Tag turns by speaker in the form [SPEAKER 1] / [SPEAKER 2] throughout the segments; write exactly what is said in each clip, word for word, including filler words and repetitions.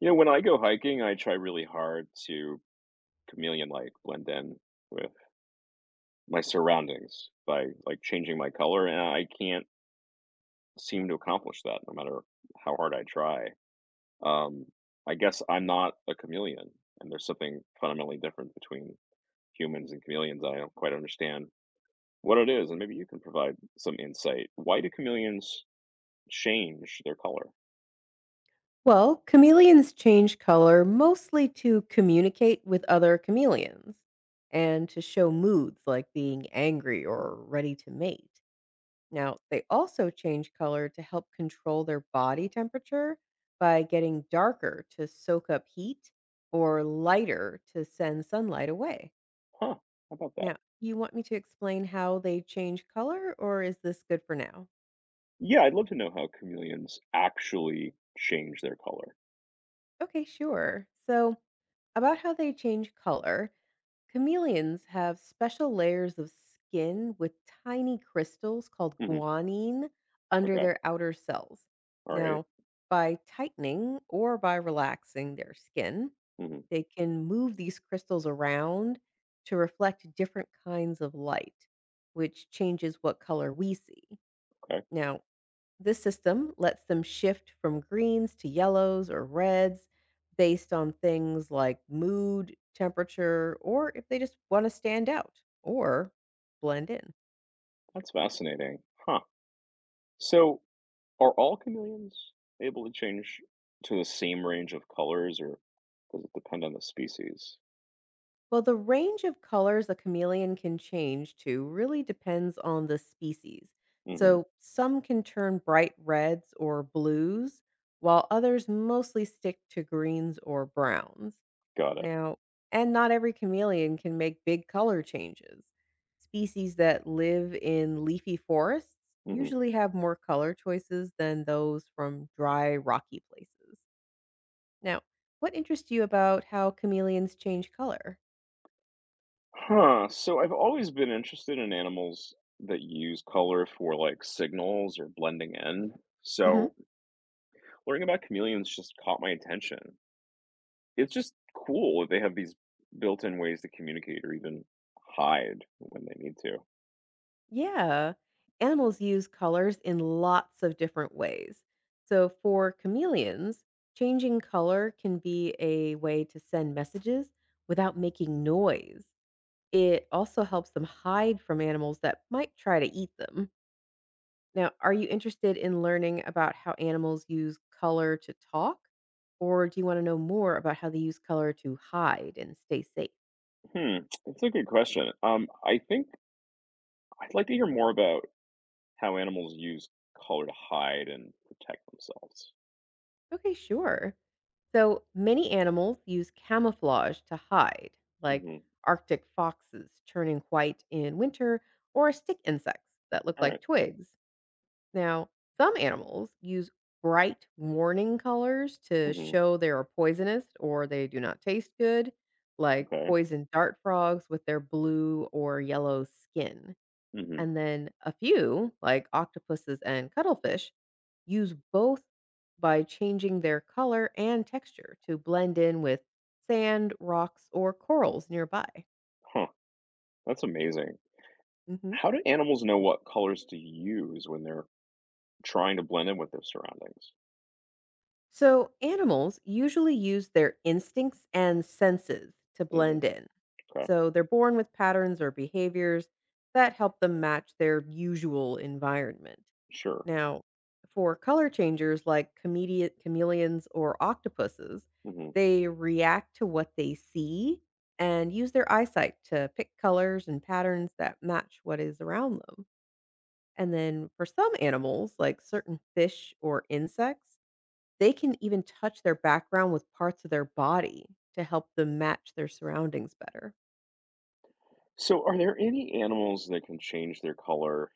[SPEAKER 1] You know, when I go hiking, I try really hard to chameleon-like blend in with my surroundings by, like, changing my color, and I can't seem to accomplish that no matter how hard I try. Um, I guess I'm not a chameleon, and there's something fundamentally different between humans and chameleons. I don't quite understand what it is, and maybe you can provide some insight. Why do chameleons change their color?
[SPEAKER 2] Well, chameleons change color mostly to communicate with other chameleons and to show moods like being angry or ready to mate. Now, they also change color to help control their body temperature by getting darker to soak up heat or lighter to send sunlight away.
[SPEAKER 1] Huh, how about that?
[SPEAKER 2] Now, you want me to explain how they change color, or is this good for now?
[SPEAKER 1] Yeah, I'd love to know how chameleons actually change their color.
[SPEAKER 2] Okay, sure. So, about how they change color, chameleons have special layers of skin with tiny crystals called
[SPEAKER 1] Mhm.
[SPEAKER 2] guanine under
[SPEAKER 1] Okay.
[SPEAKER 2] their outer cells.
[SPEAKER 1] All right.
[SPEAKER 2] Now, by tightening or by relaxing their skin,
[SPEAKER 1] Mhm.
[SPEAKER 2] they can move these crystals around to reflect different kinds of light, which changes what color we see.
[SPEAKER 1] Okay.
[SPEAKER 2] Now, this system lets them shift from greens to yellows or reds based on things like mood, temperature, or if they just want to stand out or blend in.
[SPEAKER 1] That's fascinating. Huh. So, are all chameleons able to change to the same range of colors, or does it depend on the species?
[SPEAKER 2] Well, the range of colors a chameleon can change to really depends on the species.
[SPEAKER 1] Hmm.
[SPEAKER 2] So some can turn bright reds or blues, while others mostly stick to greens or browns.
[SPEAKER 1] Got it.
[SPEAKER 2] Now, and not every chameleon can make big color changes. Species that live in leafy forests
[SPEAKER 1] Hmm.
[SPEAKER 2] usually have more color choices than those from dry, rocky places. Now, what interests you about how chameleons change color?
[SPEAKER 1] Huh. So, I've always been interested in animals that use color for like signals or blending in.
[SPEAKER 2] Hmm.
[SPEAKER 1] So, learning about chameleons just caught my attention. It's just cool that they have these built-in ways to communicate or even hide when they need to.
[SPEAKER 2] Yeah, animals use colors in lots of different ways. So, for chameleons, changing color can be a way to send messages without making noise. It also helps them hide from animals that might try to eat them. Now, are you interested in learning about how animals use color to talk? Or do you want to know more about how they use color to hide and stay safe?
[SPEAKER 1] Hmm, that's a good question. Um, I think I'd like to hear more about how animals use color to hide and protect themselves.
[SPEAKER 2] Okay, sure. So many animals use camouflage to hide, like
[SPEAKER 1] Mm-hmm.
[SPEAKER 2] Arctic foxes turning white in winter or stick insects that look
[SPEAKER 1] All
[SPEAKER 2] like
[SPEAKER 1] right.
[SPEAKER 2] twigs. Now, some animals use bright warning colors to
[SPEAKER 1] Mm-hmm.
[SPEAKER 2] show they are poisonous or they do not taste good, like
[SPEAKER 1] Okay.
[SPEAKER 2] poison dart frogs with their blue or yellow skin.
[SPEAKER 1] Mm-hmm.
[SPEAKER 2] And then a few, like octopuses and cuttlefish, use both by changing their color and texture to blend in with sand, rocks, or corals nearby.
[SPEAKER 1] Huh. That's amazing.
[SPEAKER 2] Mhm.
[SPEAKER 1] How do animals know what colors to use when they're trying to blend in with their surroundings?
[SPEAKER 2] So, animals usually use their instincts and senses to
[SPEAKER 1] Mm-hmm.
[SPEAKER 2] blend in.
[SPEAKER 1] Okay.
[SPEAKER 2] So, they're born with patterns or behaviors that help them match their usual environment.
[SPEAKER 1] Sure.
[SPEAKER 2] Now, for color changers like chamele- chameleons or octopuses,
[SPEAKER 1] Mm-hmm.
[SPEAKER 2] they react to what they see and use their eyesight to pick colors and patterns that match what is around them. And then for some animals, like certain fish or insects, they can even touch their background with parts of their body to help them match their surroundings better.
[SPEAKER 1] So, are there any animals that can change their color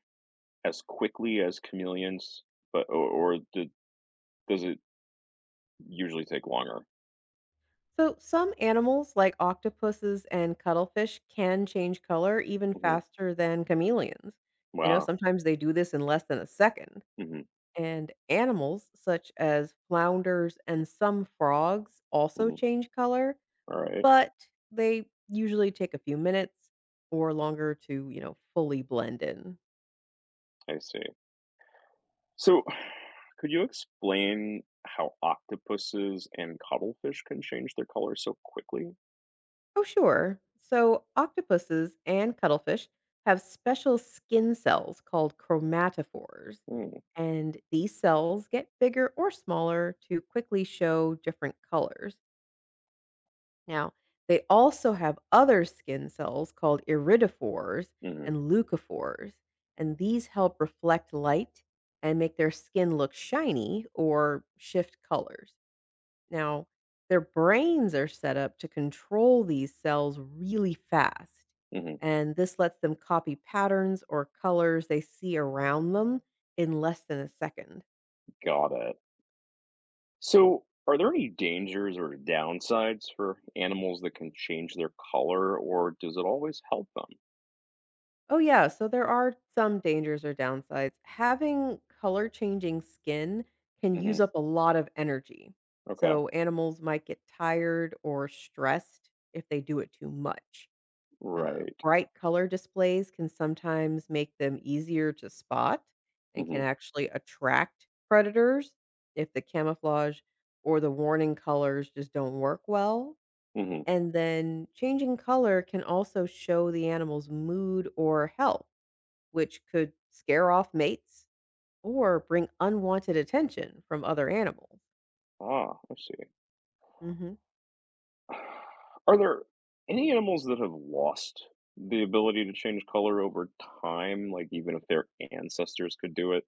[SPEAKER 1] as quickly as chameleons, but or, or do, does it usually take longer?
[SPEAKER 2] So, some animals like octopuses and cuttlefish can change color even
[SPEAKER 1] Mm-hmm.
[SPEAKER 2] faster than chameleons. You know,
[SPEAKER 1] Wow.
[SPEAKER 2] sometimes they do this in less than a second.
[SPEAKER 1] Mm-hmm.
[SPEAKER 2] And animals such as flounders and some frogs also
[SPEAKER 1] Mm-hmm.
[SPEAKER 2] change color,
[SPEAKER 1] All right.
[SPEAKER 2] but they usually take a few minutes or longer to, you know, fully blend in.
[SPEAKER 1] I see. So, could you explain how octopuses and cuttlefish can change their color so quickly?
[SPEAKER 2] Oh, sure. So, octopuses and cuttlefish have special skin cells called chromatophores.
[SPEAKER 1] Mm.
[SPEAKER 2] And these cells get bigger or smaller to quickly show different colors. Now, they also have other skin cells called iridophores
[SPEAKER 1] Hmm.
[SPEAKER 2] and leucophores. And these help reflect light and make their skin look shiny or shift colors. Now, their brains are set up to control these cells really fast,
[SPEAKER 1] Hmm.
[SPEAKER 2] and this lets them copy patterns or colors they see around them in less than a second.
[SPEAKER 1] Got it. So, are there any dangers or downsides for animals that can change their color, or does it always help them?
[SPEAKER 2] Oh, yeah, so there are some dangers or downsides. Having color changing skin can
[SPEAKER 1] Hmm.
[SPEAKER 2] use up a lot of energy.
[SPEAKER 1] Okay,
[SPEAKER 2] So, animals might get tired or stressed if they do it too much. Uh,
[SPEAKER 1] right.
[SPEAKER 2] bright color displays can sometimes make them easier to spot and can
[SPEAKER 1] Hmm.
[SPEAKER 2] actually attract predators if the camouflage or the warning colors just don't work well.
[SPEAKER 1] Hmm.
[SPEAKER 2] And then changing color can also show the animal's mood or health, which could scare off mates or bring unwanted attention from other animals.
[SPEAKER 1] Ah, I see.
[SPEAKER 2] Mhm.
[SPEAKER 1] Are there any animals that have lost the ability to change color over time, like even if their ancestors could do it?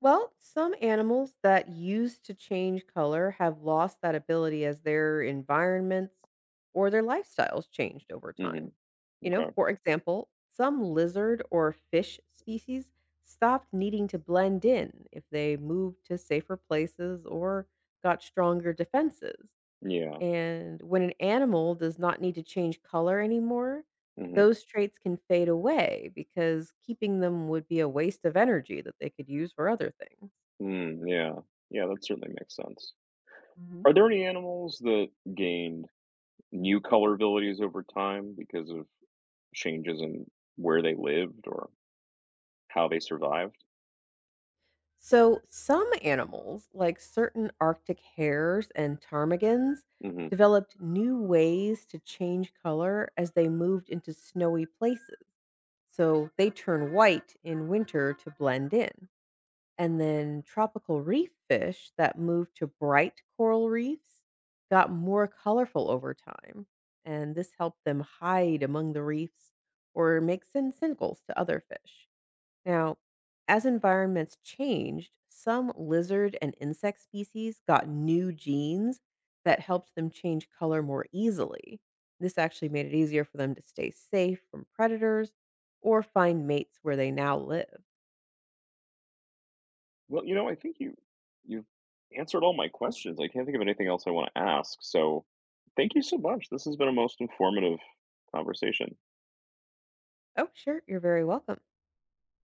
[SPEAKER 2] Well, some animals that used to change color have lost that ability as their environments or their lifestyles changed over
[SPEAKER 1] Hmm.
[SPEAKER 2] time. You know,
[SPEAKER 1] Okay.
[SPEAKER 2] for example, some lizard or fish species stopped needing to blend in if they moved to safer places or got stronger defenses.
[SPEAKER 1] Yeah.
[SPEAKER 2] And when an animal does not need to change color anymore,
[SPEAKER 1] Hmm.
[SPEAKER 2] those traits can fade away because keeping them would be a waste of energy that they could use for other things.
[SPEAKER 1] Mm, yeah. Yeah, that certainly makes sense.
[SPEAKER 2] Hmm.
[SPEAKER 1] Are there any animals that gained new color abilities over time because of changes in where they lived or how they survived?
[SPEAKER 2] So, some animals, like certain Arctic hares and ptarmigans,
[SPEAKER 1] Mm-hmm.
[SPEAKER 2] developed new ways to change color as they moved into snowy places. So, they turn white in winter to blend in. And then tropical reef fish that moved to bright coral reefs got more colorful over time, and this helped them hide among the reefs or make sin- signals to other fish. Now, as environments changed, some lizard and insect species got new genes that helped them change color more easily. This actually made it easier for them to stay safe from predators or find mates where they now live.
[SPEAKER 1] Well, you know, I think you you've answered all my questions. I can't think of anything else I want to ask. So, thank you so much. This has been a most informative conversation.
[SPEAKER 2] Oh, sure, you're very welcome.